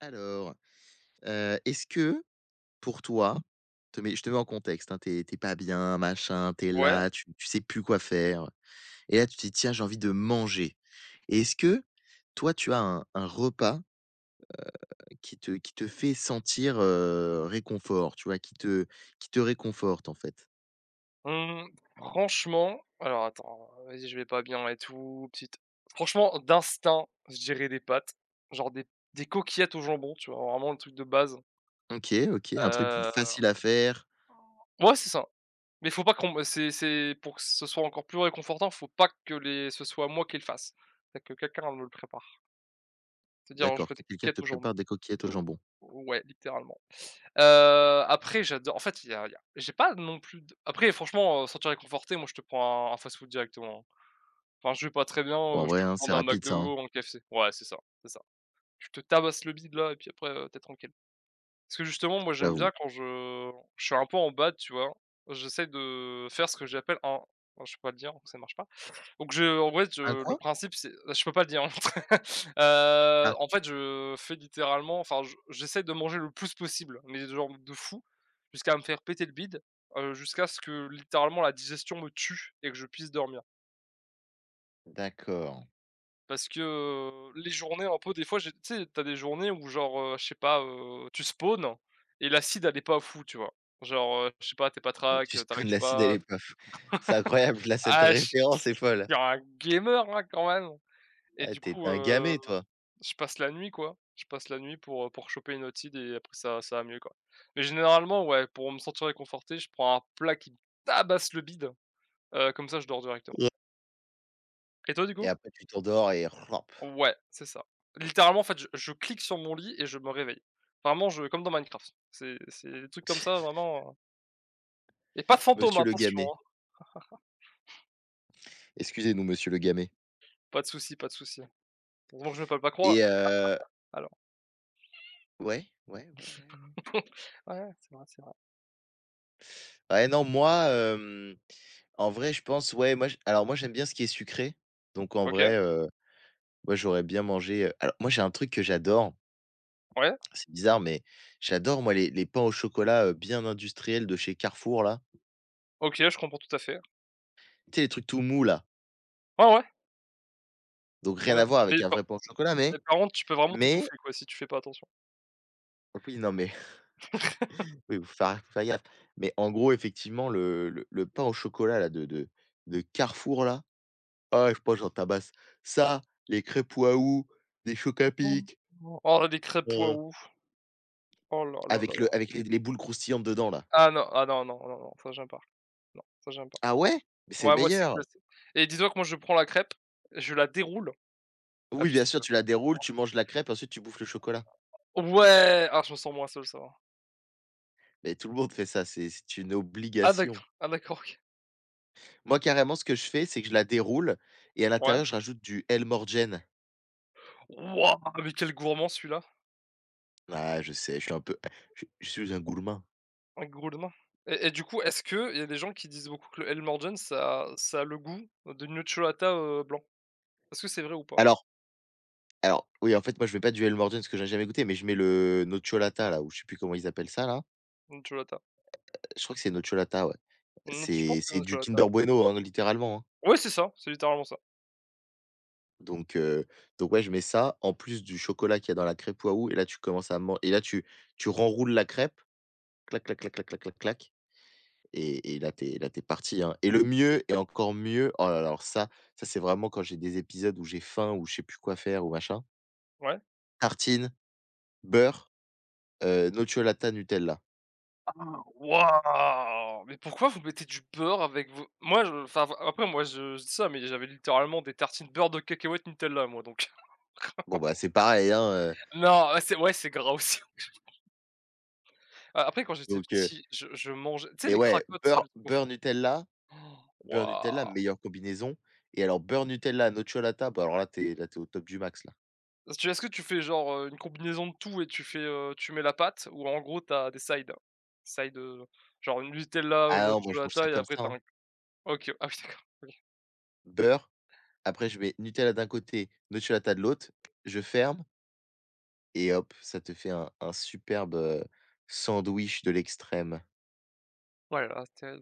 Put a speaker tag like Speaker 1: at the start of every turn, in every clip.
Speaker 1: Alors, est-ce que pour toi, te mets je te mets en contexte, hein, tu es pas bien, machin, t'es
Speaker 2: Ouais,
Speaker 1: là, tu sais plus quoi faire et là tu te dis: «Tiens, j'ai envie de manger». Et est-ce que toi, tu as un repas qui te fait sentir, réconfort, tu vois? Qui te réconforte, en fait?
Speaker 2: mmh, franchement, alors attends, vas-y, je vais pas bien et tout, petite franchement, d'instinct, je dirais des pâtes, genre des coquillettes au jambon, tu vois? Vraiment le truc de base.
Speaker 1: OK, OK, un truc
Speaker 2: Heu,
Speaker 1: facile à faire.
Speaker 2: ouais, c'est ça, mais faut pas qu'on c'est pour que ce soit encore plus réconfortant, faut pas que les ce soit moi qui le fasse, c'est que quelqu'un me le prépare. C'est-à-dire, je fais
Speaker 1: D'accord,
Speaker 2: des
Speaker 1: que quelqu'un
Speaker 2: coquillettes
Speaker 1: te
Speaker 2: au jambon.
Speaker 1: prépare des coquillettes au jambon.
Speaker 2: Ouais, littéralement. Après j'adore en fait, il y a j'ai pas non plus de après franchement, sentir réconforté, moi je te prends un fast-food directement, hein. Enfin, je vais pas très bien,
Speaker 1: Bon, en
Speaker 2: je
Speaker 1: vrai,
Speaker 2: te
Speaker 1: hein, c'est
Speaker 2: commande un
Speaker 1: rapide ça, hein,
Speaker 2: McDo ou un KFC. Ouais, c'est ça, c'est ça. Je te tabasse le bide là et puis après, tu es tranquille. Parce que justement, moi, j'aime
Speaker 1: j'avoue.
Speaker 2: bien quand je suis un peu en bad, tu vois? J'essaie de faire ce que j'appelle un oh, je peux pas le dire, donc ça marche pas. Donc je en vrai,
Speaker 1: Un
Speaker 2: je le
Speaker 1: quoi?
Speaker 2: principe, c'est ah, je peux pas le dire,
Speaker 1: Ah,
Speaker 2: en fait, je fais littéralement enfin, je j'essaie de manger le plus possible, mais genre de fou, jusqu'à me faire péter le bide, jusqu'à ce que littéralement la digestion me tue et que je puisse dormir.
Speaker 1: d'accord.
Speaker 2: Parce que, les journées un peu des fois j'ai tu sais, tu as des journées où genre, je sais pas, tu spawns et l'acide elle est pas fou, tu vois? Genre, je sais pas, t'es pas
Speaker 1: Donc
Speaker 2: track
Speaker 1: tu spawns
Speaker 2: tu
Speaker 1: l'acide à
Speaker 2: pas
Speaker 1: l'épave. C'est incroyable, là, cette
Speaker 2: ah, je suis
Speaker 1: référence est folle.
Speaker 2: un gamer, hein, quand même et
Speaker 1: Ah,
Speaker 2: du
Speaker 1: tu
Speaker 2: coup,
Speaker 1: étais un gamet, toi?
Speaker 2: je passe la nuit, quoi. Je passe la nuit pour choper une otide et après ça va mieux, quoi. Mais généralement, ouais, pour me sentir réconforté, je prends un plat qui me tabasse le bide, comme ça je dors directement.
Speaker 1: Ouais.
Speaker 2: Et toi, du
Speaker 1: Et
Speaker 2: coup?
Speaker 1: après tu t'endors et rap.
Speaker 2: Ouais, c'est ça. Littéralement, en fait, je clique sur mon lit et je me réveille. Vraiment, je comme dans Minecraft. C'est des trucs comme ça, vraiment, et pas de fantômes,
Speaker 1: Monsieur le
Speaker 2: attention,
Speaker 1: gamet.
Speaker 2: hein.
Speaker 1: Excusez-nous, monsieur le gamet.
Speaker 2: Pas de souci, pas de souci. Heureusement que je me parle pas croire,
Speaker 1: Et
Speaker 2: alors.
Speaker 1: ouais, ouais, ouais, ouais, ouais.
Speaker 2: Ouais, c'est vrai, c'est vrai.
Speaker 1: Ouais, non, moi, en vrai, je pense, ouais, moi, j alors moi, j'aime bien ce qui est sucré, donc en
Speaker 2: OK,
Speaker 1: vrai, ouais, j'aurais bien mangé, alors moi, j'ai un truc que j'adore,
Speaker 2: ouais,
Speaker 1: c'est bizarre, mais j'adore, moi, les pains au chocolat, bien industriels de chez Carrefour, là.
Speaker 2: OK, je comprends tout à fait.
Speaker 1: Tu sais, les trucs tout mous, là?
Speaker 2: Ouais, ouais,
Speaker 1: Donc
Speaker 2: trop
Speaker 1: rien
Speaker 2: bien
Speaker 1: à
Speaker 2: ça.
Speaker 1: voir avec
Speaker 2: Mais
Speaker 1: un
Speaker 2: par
Speaker 1: vrai pain au chocolat, mais
Speaker 2: mais par contre, tu peux vraiment
Speaker 1: mais
Speaker 2: t'étouffer, quoi, si tu fais pas attention.
Speaker 1: oui, non, mais oui, faut faire gaffe. Mais en gros, effectivement, le pain au chocolat là de Carrefour là, ah, ouais, je pense j'en tabasse. Ça, les crêpes Waouh, des Choc à Pic,
Speaker 2: Oh, là, des crêpes
Speaker 1: heu,
Speaker 2: Waouh! Oh là là là
Speaker 1: avec
Speaker 2: là.
Speaker 1: le avec les boules croustillantes dedans là.
Speaker 2: Ah non, ah non, non, non, non, ça j'aime pas. Non, ça j'aime pas.
Speaker 1: Ah ouais? Mais c'est le
Speaker 2: Ouais, moi, c'est
Speaker 1: meilleur.
Speaker 2: classé. Et dis-toi que moi, je prends la crêpe, je la déroule ah,
Speaker 1: Oui,
Speaker 2: je
Speaker 1: bien
Speaker 2: sais
Speaker 1: sûr, tu la déroules, tu manges la crêpe, ensuite tu bouffes le chocolat.
Speaker 2: Ouais! Ah, je me sens moins seul, ça va.
Speaker 1: Mais tout le monde fait ça, c'est une
Speaker 2: Ah
Speaker 1: obligation.
Speaker 2: d'accord, ah d'accord, OK.
Speaker 1: Moi, carrément, ce que je fais, c'est que je la déroule et à
Speaker 2: Ouais.
Speaker 1: l'intérieur, je rajoute du El Morjen.
Speaker 2: Wouah! Mais quel gourmand celui-là!
Speaker 1: Ah, je sais, je suis un gourmand.
Speaker 2: Un gourmand et du coup, est-ce qu'il y a des gens qui disent beaucoup que le El Morjan, ça a le goût de nocciolata, blanc? Est-ce que c'est vrai ou pas?
Speaker 1: Alors alors, oui, en fait, moi, je mets pas du el Helmorden parce que j'en ai jamais goûté, mais je mets le nocciolata là, ou je sais plus comment ils appellent ça là.
Speaker 2: Nocciolata?
Speaker 1: Je crois que c'est nocciolata, ouais.
Speaker 2: Noc je pense
Speaker 1: C'est
Speaker 2: que c'est
Speaker 1: c'est du
Speaker 2: nocciolata, ouais.
Speaker 1: Kinder Bueno, hein, littéralement, hein.
Speaker 2: Ouais, c'est ça, c'est littéralement ça.
Speaker 1: Donc heu, donc ouais, je mets ça en plus du chocolat qu'il y a dans la crêpe Waouh et là, tu commences à manger et là, tu renroules la crêpe, clac, clac, clac, clac, clac, clac, clac. Et là, t'es parti, hein. Et le mieux et encore mieux, oh là là, alors ça, c'est vraiment quand j'ai des épisodes où j'ai faim, ou je sais plus quoi faire ou machin,
Speaker 2: Ouais.
Speaker 1: tartine beurre. Nocciolata Nutella.
Speaker 2: Ah! Waouh! Mais pourquoi vous mettez du beurre avec vos moi, je enfin, v après moi, je dis ça, mais j'avais littéralement des tartines beurre de cacahuètes Nutella, moi, donc
Speaker 1: Bon, bah, c'est pareil, hein,
Speaker 2: non, ouais, c'est gras aussi. A après quand j'étais
Speaker 1: donc
Speaker 2: petit, je mangeais tu sais
Speaker 1: mais
Speaker 2: les
Speaker 1: ouais,
Speaker 2: cracottes, les
Speaker 1: beurre
Speaker 2: au fond?
Speaker 1: Beurre Nutella,
Speaker 2: Waouh!
Speaker 1: meilleure combinaison. Et alors beurre Nutella, nocciolata, bah, alors là, t'es au top du max, là.
Speaker 2: Est-ce que tu fais genre, une combinaison de tout et tu fais, tu mets la pâte ou en gros t'as des sides? Sides, genre une Nutella, ou une
Speaker 1: Ah
Speaker 2: autre
Speaker 1: non, moi, je mange ça
Speaker 2: nocciolata et
Speaker 1: comme
Speaker 2: après
Speaker 1: ça,
Speaker 2: t'as.
Speaker 1: hein.
Speaker 2: Un OK. Ah oui d'accord, OK.
Speaker 1: Beurre, après je mets Nutella d'un côté, nocciolata de l'autre, je ferme et hop, ça te fait un superbe, sandwich de l'extrême.
Speaker 2: Ouais là c'était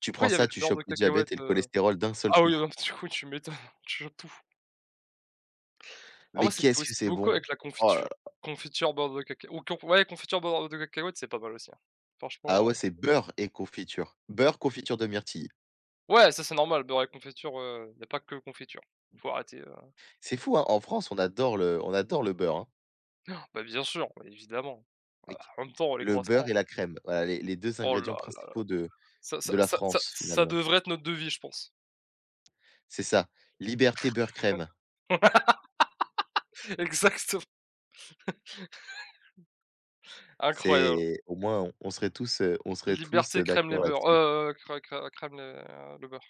Speaker 1: Tu
Speaker 2: après
Speaker 1: prends
Speaker 2: il y avait
Speaker 1: ça,
Speaker 2: le
Speaker 1: tu
Speaker 2: beurre
Speaker 1: chopes
Speaker 2: de
Speaker 1: le
Speaker 2: cacahuète,
Speaker 1: diabète et le cholestérol d'un seul
Speaker 2: ah oui,
Speaker 1: coup.
Speaker 2: non du coup tu m'étonnes, tu chopes tout. Alors
Speaker 1: Mais
Speaker 2: moi c'était
Speaker 1: qu'est-ce
Speaker 2: aussi
Speaker 1: que c'est
Speaker 2: beaucoup
Speaker 1: bon!
Speaker 2: avec la
Speaker 1: Oh là
Speaker 2: confiture.
Speaker 1: là.
Speaker 2: Confiture, beurre de cacahuète. Ou con ouais confiture, beurre de cacahuète, c'est pas mal aussi, hein.
Speaker 1: Ah
Speaker 2: Franchement,
Speaker 1: ouais, c'est beurre et confiture. Beurre, confiture de myrtille.
Speaker 2: ouais ça c'est normal, beurre et confiture, il y a pas que confiture. Faut arrêter,
Speaker 1: C'est fou, hein, en France, on adore le beurre, hein,
Speaker 2: bah, bien sûr, évidemment. Bah,
Speaker 1: avec
Speaker 2: en même temps, les
Speaker 1: le
Speaker 2: croissants,
Speaker 1: beurre et la crème. Voilà les 2
Speaker 2: oh là
Speaker 1: ingrédients
Speaker 2: là là,
Speaker 1: principaux de
Speaker 2: ça ça
Speaker 1: de la
Speaker 2: ça ça
Speaker 1: France
Speaker 2: ça
Speaker 1: finalement.
Speaker 2: devrait être notre devis, je pense.
Speaker 1: C'est ça, liberté beurre crème.
Speaker 2: Exactement, incroyable.
Speaker 1: C'est au moins on serait tous,
Speaker 2: Liberté, crème les
Speaker 1: d'accord
Speaker 2: beurres,
Speaker 1: là-dessus.
Speaker 2: cr cr crème les le beurre,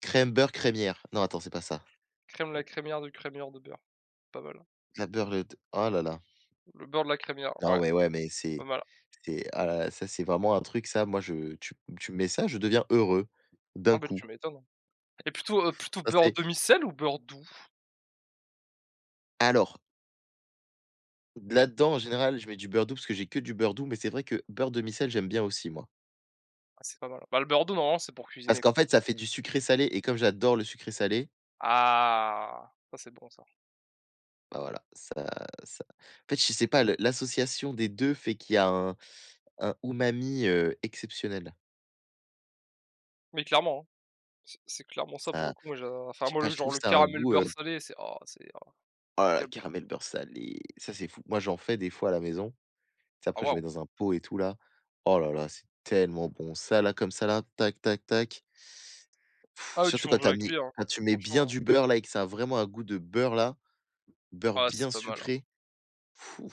Speaker 1: Crème beurre crémière. Non attends, c'est pas ça.
Speaker 2: crème la crémière du crémière de beurre, pas mal.
Speaker 1: La beurre le oh là là.
Speaker 2: Le beurre de la crémière,
Speaker 1: Non
Speaker 2: ouais,
Speaker 1: mais ouais, mais
Speaker 2: pas
Speaker 1: c'est
Speaker 2: mal.
Speaker 1: c'est ah là là, ça c'est vraiment un truc ça, moi je tu me mets ça, je deviens heureux
Speaker 2: Ah
Speaker 1: d'un
Speaker 2: bah,
Speaker 1: coup.
Speaker 2: tu m'étonnes, hein et plutôt
Speaker 1: Ça
Speaker 2: beurre
Speaker 1: c'est
Speaker 2: demi-sel ou beurre doux?
Speaker 1: alors Là-dedans, en général, je mets du beurre doux parce que j'ai que du beurre doux, mais c'est vrai que beurre demi-sel, j'aime bien aussi moi.
Speaker 2: Ah, c'est pas mal. Bah, le beurre doux, normalement, c'est pour
Speaker 1: Parce
Speaker 2: cuisiner, quoi.
Speaker 1: qu'en fait, ça fait du sucré-salé et comme j'adore le sucré-salé,
Speaker 2: Ah, ça, c'est bon ça,
Speaker 1: bah, voilà, ça en fait, je sais pas, le l'association des 2 fait qu'il y a un umami, exceptionnel.
Speaker 2: mais clairement, hein, c'est clairement ça pour le
Speaker 1: Ça
Speaker 2: coup, moi, j'a enfin,
Speaker 1: je sais
Speaker 2: moi,
Speaker 1: pas,
Speaker 2: le
Speaker 1: je
Speaker 2: genre
Speaker 1: trouve
Speaker 2: le
Speaker 1: ça a un
Speaker 2: caramel
Speaker 1: goût,
Speaker 2: beurre salé, c'est oh,
Speaker 1: oh là là,
Speaker 2: quel
Speaker 1: caramel beurre salé, ça c'est fou. Moi, j'en fais des fois à la maison, tu sais,
Speaker 2: Ah
Speaker 1: après je
Speaker 2: waouh!
Speaker 1: le mets dans un pot et tout là. Oh là là, c'est tellement bon. Ça là, comme ça là, tac, tac, tac.
Speaker 2: Ah oui, tu
Speaker 1: Surtout quand
Speaker 2: manges à
Speaker 1: t'as
Speaker 2: la
Speaker 1: mis
Speaker 2: cuillère, hein.
Speaker 1: quand tu mets bien
Speaker 2: Franchement, hein.
Speaker 1: du beurre là et que ça a vraiment un goût de beurre là, beurre
Speaker 2: Ah c'est
Speaker 1: bien
Speaker 2: pas mal, hein.
Speaker 1: sucré, fou,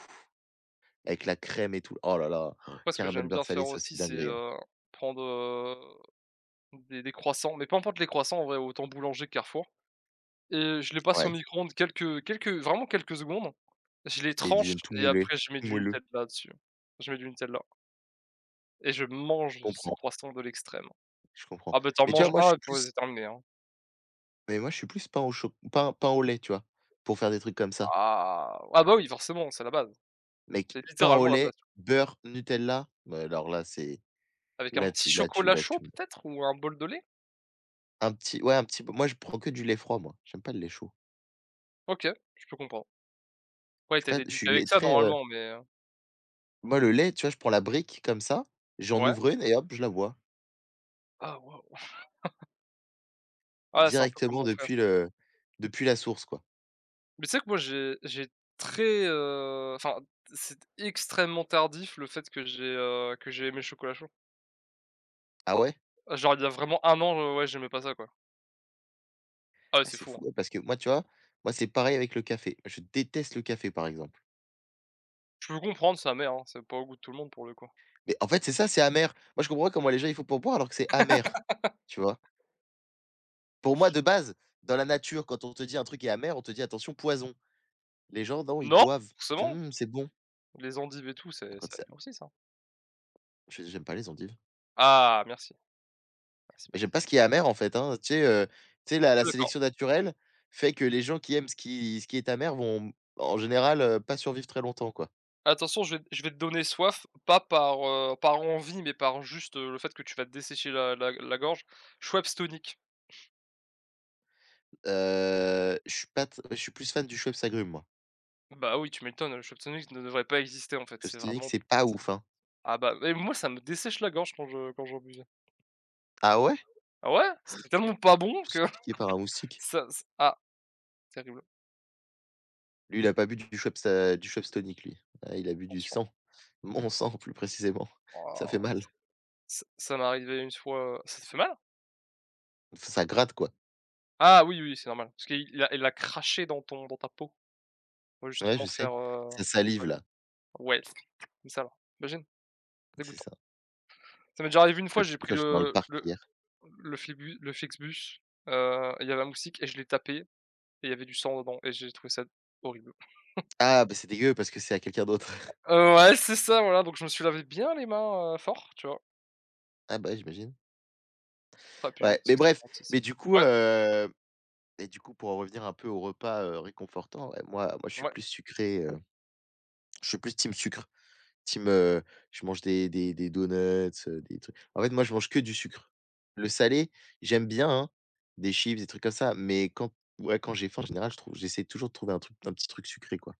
Speaker 1: avec la crème et tout. Oh là là,
Speaker 2: Moi ce que
Speaker 1: caramel
Speaker 2: j'aime bien
Speaker 1: beurre salé,
Speaker 2: faire
Speaker 1: ça, c'est
Speaker 2: aussi, c'est,
Speaker 1: dinguerie, hein.
Speaker 2: prendre, des croissants, mais peu importe les croissants en vrai, autant boulanger, que Carrefour et je les passe au
Speaker 1: Ouais.
Speaker 2: micro-ondes quelques quelques vraiment quelques secondes. Je les
Speaker 1: Et ils
Speaker 2: tranche
Speaker 1: deviennent
Speaker 2: et après je mets
Speaker 1: tout
Speaker 2: du
Speaker 1: moelleux.
Speaker 2: Nutella dessus. Je mets du Nutella et je
Speaker 1: Je
Speaker 2: mange ces
Speaker 1: comprends,
Speaker 2: croissants de l'extrême.
Speaker 1: je comprends.
Speaker 2: Ah bah, t'en
Speaker 1: Mais tu
Speaker 2: manges
Speaker 1: vois, moi, je
Speaker 2: un et
Speaker 1: suis
Speaker 2: pour
Speaker 1: plus
Speaker 2: c'est terminé, hein.
Speaker 1: mais moi, je suis plus pain au lait, tu vois? Pour faire des trucs comme ça.
Speaker 2: Ah! Ah bah oui, forcément, c'est la base.
Speaker 1: Mec,
Speaker 2: C'est
Speaker 1: pain au
Speaker 2: littéralement la base.
Speaker 1: lait, beurre, Nutella, mais alors là, c'est
Speaker 2: Avec un
Speaker 1: là
Speaker 2: petit
Speaker 1: tu là tu
Speaker 2: chocolat
Speaker 1: là
Speaker 2: chaud
Speaker 1: tu
Speaker 2: peut-être ou un bol de lait?
Speaker 1: un petit ouais, un petit peu moi, je prends que du lait froid moi, j'aime pas le lait chaud.
Speaker 2: OK, je peux comprendre. Ouais,
Speaker 1: Je suis
Speaker 2: tu as été
Speaker 1: pas je
Speaker 2: éduqué
Speaker 1: suis
Speaker 2: avec
Speaker 1: lait
Speaker 2: ça
Speaker 1: très,
Speaker 2: normalement, mais
Speaker 1: Moi, le lait, tu vois, je prends la brique comme ça, j'en
Speaker 2: ouais?
Speaker 1: ouvre une et hop, je la bois
Speaker 2: Ah waouh! Ah, c'est un peu comme
Speaker 1: directement
Speaker 2: mon frère ça.
Speaker 1: depuis la source, quoi.
Speaker 2: Mais tu sais que moi j'ai très, enfin, c'est extrêmement tardif le fait que j'ai aimé le chocolat chaud.
Speaker 1: Ah ouais?
Speaker 2: Genre il y a vraiment un an, ouais, j'aimais pas ça quoi. Ah ouais,
Speaker 1: Ah,
Speaker 2: c'est
Speaker 1: c'est
Speaker 2: fou,
Speaker 1: fou,
Speaker 2: hein.
Speaker 1: ouais, parce que moi, tu vois, moi, c'est pareil avec le café. Je déteste le café, par exemple.
Speaker 2: Je peux comprendre sa mère, hein, c'est pas au goût de tout le monde pour le coup.
Speaker 1: Mais en fait, c'est ça, c'est amer. Moi, je comprends pas comment les gens, ils font pour boire alors que c'est amer, tu vois? Pour moi, de base, dans la nature, quand on te dit un truc est amer, on te dit: «Attention, poison». Les gens, non, ils
Speaker 2: Non,
Speaker 1: boivent. Ils
Speaker 2: forcément,
Speaker 1: font: «Mmh, c'est bon».
Speaker 2: les endives et tout,
Speaker 1: Ah,
Speaker 2: c'est
Speaker 1: Quand
Speaker 2: ça
Speaker 1: c'est
Speaker 2: vient aussi ça.
Speaker 1: je j'aime pas les endives.
Speaker 2: Ah merci, merci, merci.
Speaker 1: J'aime pas ce qui est amer en fait, hein, tu sais la
Speaker 2: Je
Speaker 1: la
Speaker 2: suis d'accord.
Speaker 1: sélection naturelle fait que les gens qui aiment ce qui est amer vont en général, pas survivre très longtemps quoi.
Speaker 2: Attention, je vais te donner soif, pas par, par envie, mais par juste, le fait que tu vas te dessécher la gorge. Schweppes tonic.
Speaker 1: Je suis pas t je suis plus fan du Schweppes agrumes moi.
Speaker 2: Bah, oui, tu m'étonnes, le chiptonic ne devrait pas exister, en fait,
Speaker 1: Schweppes
Speaker 2: c'est
Speaker 1: tonic
Speaker 2: vraiment
Speaker 1: c'est pas
Speaker 2: c'est
Speaker 1: ouf, hein.
Speaker 2: ah bah mais moi, ça me dessèche la gorge quand je quand j'en buvais.
Speaker 1: Ah ouais?
Speaker 2: Ah ouais? C'était tellement pas bon
Speaker 1: Je me suis
Speaker 2: que
Speaker 1: fait piquer par un moustique.
Speaker 2: ça ç ah, terrible,
Speaker 1: Lui il a pas bu du Schweppes tonic lui. Ah il a bu du
Speaker 2: attention.
Speaker 1: sang. Mon sang plus précisément. Ça fait
Speaker 2: Waouh,
Speaker 1: mal.
Speaker 2: ça m'est arrivé une fois, ça te fait mal?
Speaker 1: Enfin, ça gratte quoi.
Speaker 2: Ah oui, oui, oui, c'est normal, parce qu'il a craché dans ton dans ta peau pour
Speaker 1: Ouais je
Speaker 2: justement
Speaker 1: sais.
Speaker 2: faire,
Speaker 1: Ça
Speaker 2: ouais,
Speaker 1: salive là.
Speaker 2: Ouais, c'est comme ça, là, imagine,
Speaker 1: C'est
Speaker 2: dégoûtant.
Speaker 1: ça. Ça
Speaker 2: Ça m'est déjà arrivé une fois,
Speaker 1: m'a
Speaker 2: j'ai
Speaker 1: piqué
Speaker 2: pris
Speaker 1: quand j'étais dans le
Speaker 2: le
Speaker 1: parc
Speaker 2: le
Speaker 1: hier.
Speaker 2: le Flibu le Flixbus, il y avait un moustique et je l'ai tapé et il y avait du sang dedans et j'ai trouvé ça horrible.
Speaker 1: Ah bah c'est dégueu parce que c'est à quelqu'un d'autre.
Speaker 2: Ouais, c'est ça, voilà, donc je me suis lavé bien les mains, fort, tu vois?
Speaker 1: Ah bah oui j'imagine.
Speaker 2: Ah puis, le
Speaker 1: Ouais, mais
Speaker 2: moustiques, ça
Speaker 1: bref,
Speaker 2: m'attise.
Speaker 1: mais du coup,
Speaker 2: Ouais,
Speaker 1: heu et du coup, pour en revenir un peu au repas, réconfortant, ouais, moi moi, je suis
Speaker 2: ouais.
Speaker 1: plus sucré, je suis plus team sucre, team, heu, je mange des donuts, des trucs en fait, moi, je mange que du sucre. Le salé, j'aime bien, hein, des chips, des trucs comme ça, mais quand ouais, quand j'ai faim, en général, je trouve j'essaie toujours de trouver un petit truc sucré, quoi.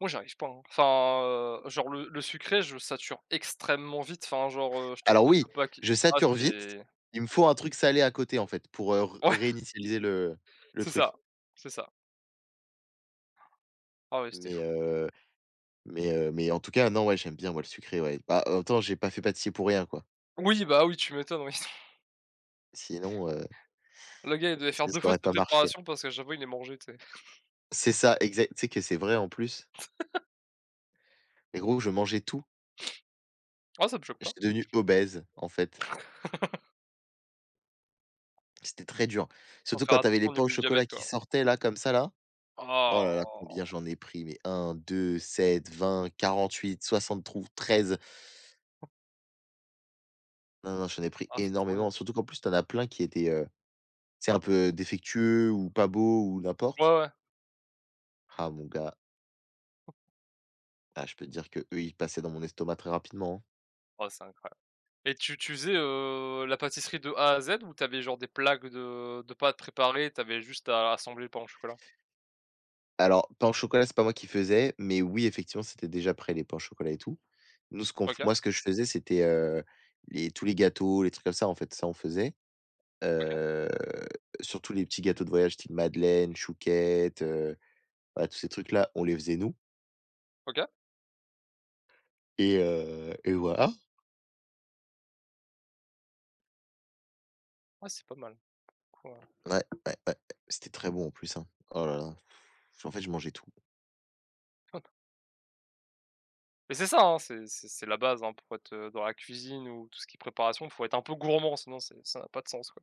Speaker 2: Moi, j'y arrive pas, hein. Enfin, genre le sucré, je sature extrêmement vite, enfin, genre, je te
Speaker 1: Alors
Speaker 2: prends
Speaker 1: oui,
Speaker 2: 2 paquets
Speaker 1: je
Speaker 2: ah,
Speaker 1: sature vite,
Speaker 2: c'est
Speaker 1: il me faut un truc salé à côté, en fait, pour, r réinitialiser le
Speaker 2: ouais,
Speaker 1: le
Speaker 2: c'est ça,
Speaker 1: truc,
Speaker 2: c'est ça. Ah oui, c'était
Speaker 1: mais
Speaker 2: fou.
Speaker 1: heu mais en tout cas, non, ouais, j'aime bien, moi, le sucré, ouais. Bah, en même temps, j'ai pas fait pâtissier pour rien, quoi.
Speaker 2: Oui, bah oui, tu m'étonnes, oui.
Speaker 1: Sinon,
Speaker 2: Le gars, il devait faire
Speaker 1: ça
Speaker 2: 2 fois
Speaker 1: aurait
Speaker 2: ses
Speaker 1: pas marché.
Speaker 2: préparations parce qu'à chaque fois, il les mangeait, tu sais?
Speaker 1: C'est ça, exact. Tu sais que c'est vrai, en plus. Mais gros, je mangeais tout.
Speaker 2: Ah, ça me choque pas.
Speaker 1: J'étais devenu obèse, en fait. C'était très dur.
Speaker 2: Faut
Speaker 1: Surtout
Speaker 2: faire
Speaker 1: quand t'avais
Speaker 2: attention
Speaker 1: les
Speaker 2: au
Speaker 1: pains
Speaker 2: niveau
Speaker 1: au
Speaker 2: du diabète,
Speaker 1: chocolat qui
Speaker 2: quoi.
Speaker 1: sortaient, là, comme ça, là. Oh là là, combien
Speaker 2: Oh!
Speaker 1: j'en ai pris, mais un deux sept vingt quarante-huit soixante 48, treize. Non, non, j'en ai pris
Speaker 2: Ah, c'est trop bien.
Speaker 1: énormément. Surtout qu'en plus, t'en as plein qui étaient, tu sais, un peu défectueux ou pas beaux ou
Speaker 2: Ouais,
Speaker 1: n'importe.
Speaker 2: ouais.
Speaker 1: Ah, mon gars. Ah, je peux te dire que eux ils passaient dans mon estomac très rapidement, hein.
Speaker 2: Oh, c'est incroyable. Et tu faisais, la pâtisserie de A à Z ou t'avais genre des plaques de pâtes préparées, t'avais juste à assembler le pain au chocolat?
Speaker 1: Alors, pain au chocolat, c'est pas moi qui faisais, mais oui, effectivement, c'était déjà prêt, les pains au chocolat et tout. Nous, ce qu'on f
Speaker 2: OK,
Speaker 1: moi, ce que je faisais, c'était, les tous les gâteaux, les trucs comme ça, en fait, ça, on faisait.
Speaker 2: OK,
Speaker 1: Heu, Surtout les petits gâteaux de voyage, style madeleine, chouquette, voilà, tous ces trucs-là, on les faisait nous.
Speaker 2: OK.
Speaker 1: Et voilà.
Speaker 2: Ah c'est pas mal. Cool, ouais.
Speaker 1: Ouais, ouais, ouais. C'était très bon en plus, hein. Oh là là, en fait, je mangeais tout.
Speaker 2: Mais c'est ça, hein, c'est la base, hein, pour être, dans la cuisine ou tout ce qui est préparation, faut être un peu gourmand sinon c'est ça n'a pas de sens, quoi.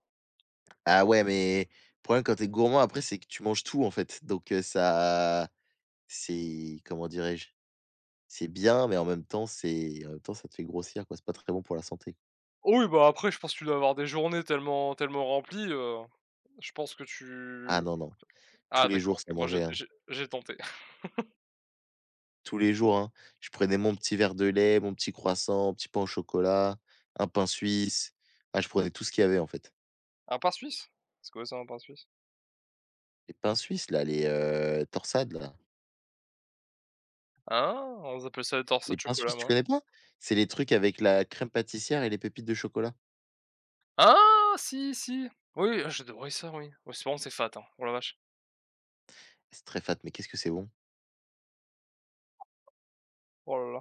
Speaker 1: Ah ouais, mais le problème quand t'es gourmand, après, c'est que tu manges tout, en fait, donc ça. C'est comment dirais-je? C'est bien, mais en même temps ça te fait grossir quoi, c'est pas très bon pour la santé.
Speaker 2: Oh oui, bah, après je pense que tu dois avoir des journées tellement tellement remplies, je pense que
Speaker 1: Ah
Speaker 2: tu
Speaker 1: non, non, tous
Speaker 2: ah
Speaker 1: les
Speaker 2: d'accord,
Speaker 1: jours ça
Speaker 2: OK, moi j'ai
Speaker 1: mangeait, hein.
Speaker 2: j'ai j'ai tenté.
Speaker 1: Tous les jours, hein. Je prenais mon petit verre de lait, mon petit croissant, un petit pain au chocolat, un pain suisse. Ah je prenais tout ce qu'il y avait en fait.
Speaker 2: Un pain suisse? C'est quoi ça un pain suisse?
Speaker 1: Les pains suisses là, torsades là.
Speaker 2: Ah! On appelle ça des tortas
Speaker 1: Les
Speaker 2: de
Speaker 1: pains
Speaker 2: chocolat,
Speaker 1: suisses, tu
Speaker 2: moi.
Speaker 1: connais pas? C'est les trucs avec la crème pâtissière et les pépites de chocolat.
Speaker 2: Ah si, si! Oui, je devrais ça oui. Ouais, c'est bon, c'est fat, hein. Oh la vache.
Speaker 1: C'est très fat, mais qu'est-ce que c'est bon? De
Speaker 2: Oh là là,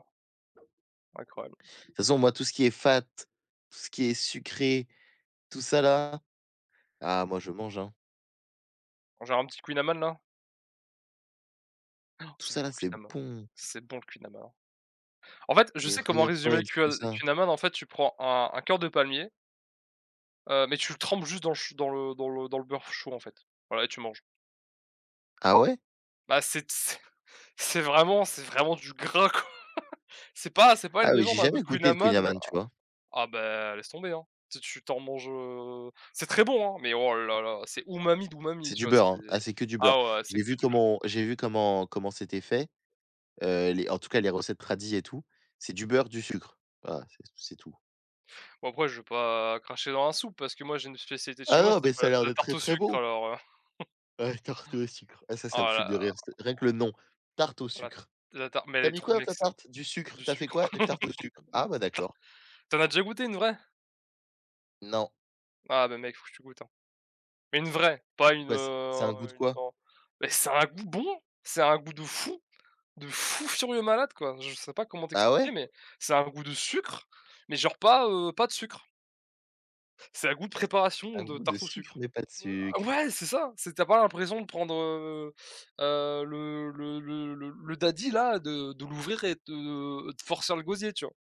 Speaker 2: incroyable.
Speaker 1: toute façon moi tout ce qui est fat, tout ce qui est sucré, tout ça là, ah moi je mange, hein.
Speaker 2: Genre un petit Queen Amman là?
Speaker 1: Tout
Speaker 2: C'est
Speaker 1: ça
Speaker 2: bon
Speaker 1: là,
Speaker 2: le Queen
Speaker 1: c'est
Speaker 2: Amman.
Speaker 1: bon,
Speaker 2: C'est bon le Queen Amman, hein. En fait, je
Speaker 1: les
Speaker 2: sais comment
Speaker 1: Riot
Speaker 2: résumer le
Speaker 1: Points, tout
Speaker 2: Queen
Speaker 1: ça.
Speaker 2: Queen Amman, en fait, tu prends un cœur de palmier, mais tu le trempes juste dans le ch dans le dans le dans le beurre chaud, en fait. Voilà et tu manges.
Speaker 1: Ah ouais?
Speaker 2: Bah c'est c'est vraiment du gras, quoi. C'est pas
Speaker 1: Ah
Speaker 2: une
Speaker 1: oui, j'ai
Speaker 2: légende, hein, le
Speaker 1: jamais
Speaker 2: Queen
Speaker 1: goûté le
Speaker 2: Amman
Speaker 1: kouign-amann, tu vois?
Speaker 2: Ah bah, laisse tomber, hein. Tu t'en manges, c'est très bon, hein, mais oh là là, c'est umami d'umami,
Speaker 1: C'est
Speaker 2: tu
Speaker 1: du
Speaker 2: vois?
Speaker 1: beurre, hein? Ah,
Speaker 2: C'est
Speaker 1: c'est que du beurre.
Speaker 2: ah ouais, c'est
Speaker 1: J'ai
Speaker 2: que
Speaker 1: vu
Speaker 2: du
Speaker 1: comment j'ai vu comment comment c'était fait, les en tout cas les recettes tradis et tout. C'est du beurre, du sucre. Voilà, c'est tout.
Speaker 2: bon après je vais pas cracher dans la soupe parce que moi j'ai une spécialité de chez
Speaker 1: Ah
Speaker 2: moi,
Speaker 1: non,
Speaker 2: ça
Speaker 1: mais ça
Speaker 2: s'appelle
Speaker 1: a l'air
Speaker 2: la
Speaker 1: d'être
Speaker 2: tarte
Speaker 1: très,
Speaker 2: au
Speaker 1: très
Speaker 2: sucre
Speaker 1: bon.
Speaker 2: alors,
Speaker 1: Ouais, tarte au sucre. Ah ça, ça me
Speaker 2: oh
Speaker 1: fume de
Speaker 2: la
Speaker 1: rire, c'est rien que le nom, tarte au
Speaker 2: la
Speaker 1: sucre.
Speaker 2: la tarte mais elle
Speaker 1: T'as
Speaker 2: est
Speaker 1: mis
Speaker 2: trop
Speaker 1: quoi dans
Speaker 2: mais
Speaker 1: ta
Speaker 2: c'est
Speaker 1: tarte? Du sucre.
Speaker 2: du
Speaker 1: T'as fait
Speaker 2: sucre.
Speaker 1: quoi? Une tarte au sucre.
Speaker 2: Une
Speaker 1: Ah bah d'accord.
Speaker 2: tu en as déjà goûté une vraie?
Speaker 1: Non,
Speaker 2: Ah bah mec, faut que tu goûtes, hein. Mais une vraie, pas
Speaker 1: c'est
Speaker 2: une,
Speaker 1: quoi? C'est un goût de
Speaker 2: une
Speaker 1: quoi?
Speaker 2: en mais ça a un goût bon, ça a un goût de fou! De fou furieux malade, quoi. Je sais pas comment
Speaker 1: Ah
Speaker 2: t'expliquer,
Speaker 1: ouais?
Speaker 2: mais ça a un goût de sucre, mais genre pas de sucre. C'est un goût de préparation
Speaker 1: Un
Speaker 2: de
Speaker 1: goût de
Speaker 2: tarte au
Speaker 1: sucre
Speaker 2: sucre.
Speaker 1: mais pas de
Speaker 2: Ah
Speaker 1: sucre.
Speaker 2: ouais, c'est ça, c'est t'as pas l'impression de prendre, le daddy là, de l'ouvrir et de forcer le gosier, tu vois?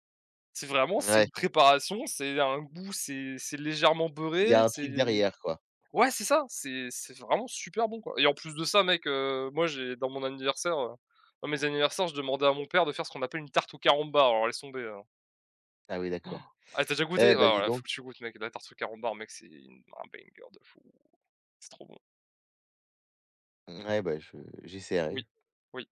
Speaker 2: C'est vraiment c'est
Speaker 1: Ouais.
Speaker 2: une préparation, c'est un goût, c'est légèrement
Speaker 1: Il y
Speaker 2: beurré,
Speaker 1: a un
Speaker 2: c'est
Speaker 1: truc derrière, quoi.
Speaker 2: Ouais, c'est ça, c'est vraiment super bon, quoi et en plus de ça, mec, moi, j'ai dans mon anniversaire, dans mes anniversaires, je demandais à mon père de faire ce qu'on appelle une tarte au carambar, alors laisse tomber, hein.
Speaker 1: Ah oui, d'accord.
Speaker 2: Ah, t'as déjà goûté?
Speaker 1: Eh
Speaker 2: Ah
Speaker 1: ben dis
Speaker 2: voilà, faut
Speaker 1: donc.
Speaker 2: que tu goûtes, mec, la tarte au carambar, mec, c'est une un banger de fou. C'est trop bon.
Speaker 1: Ouais, bah, je
Speaker 2: Oui.
Speaker 1: j'essaierai.
Speaker 2: Oui.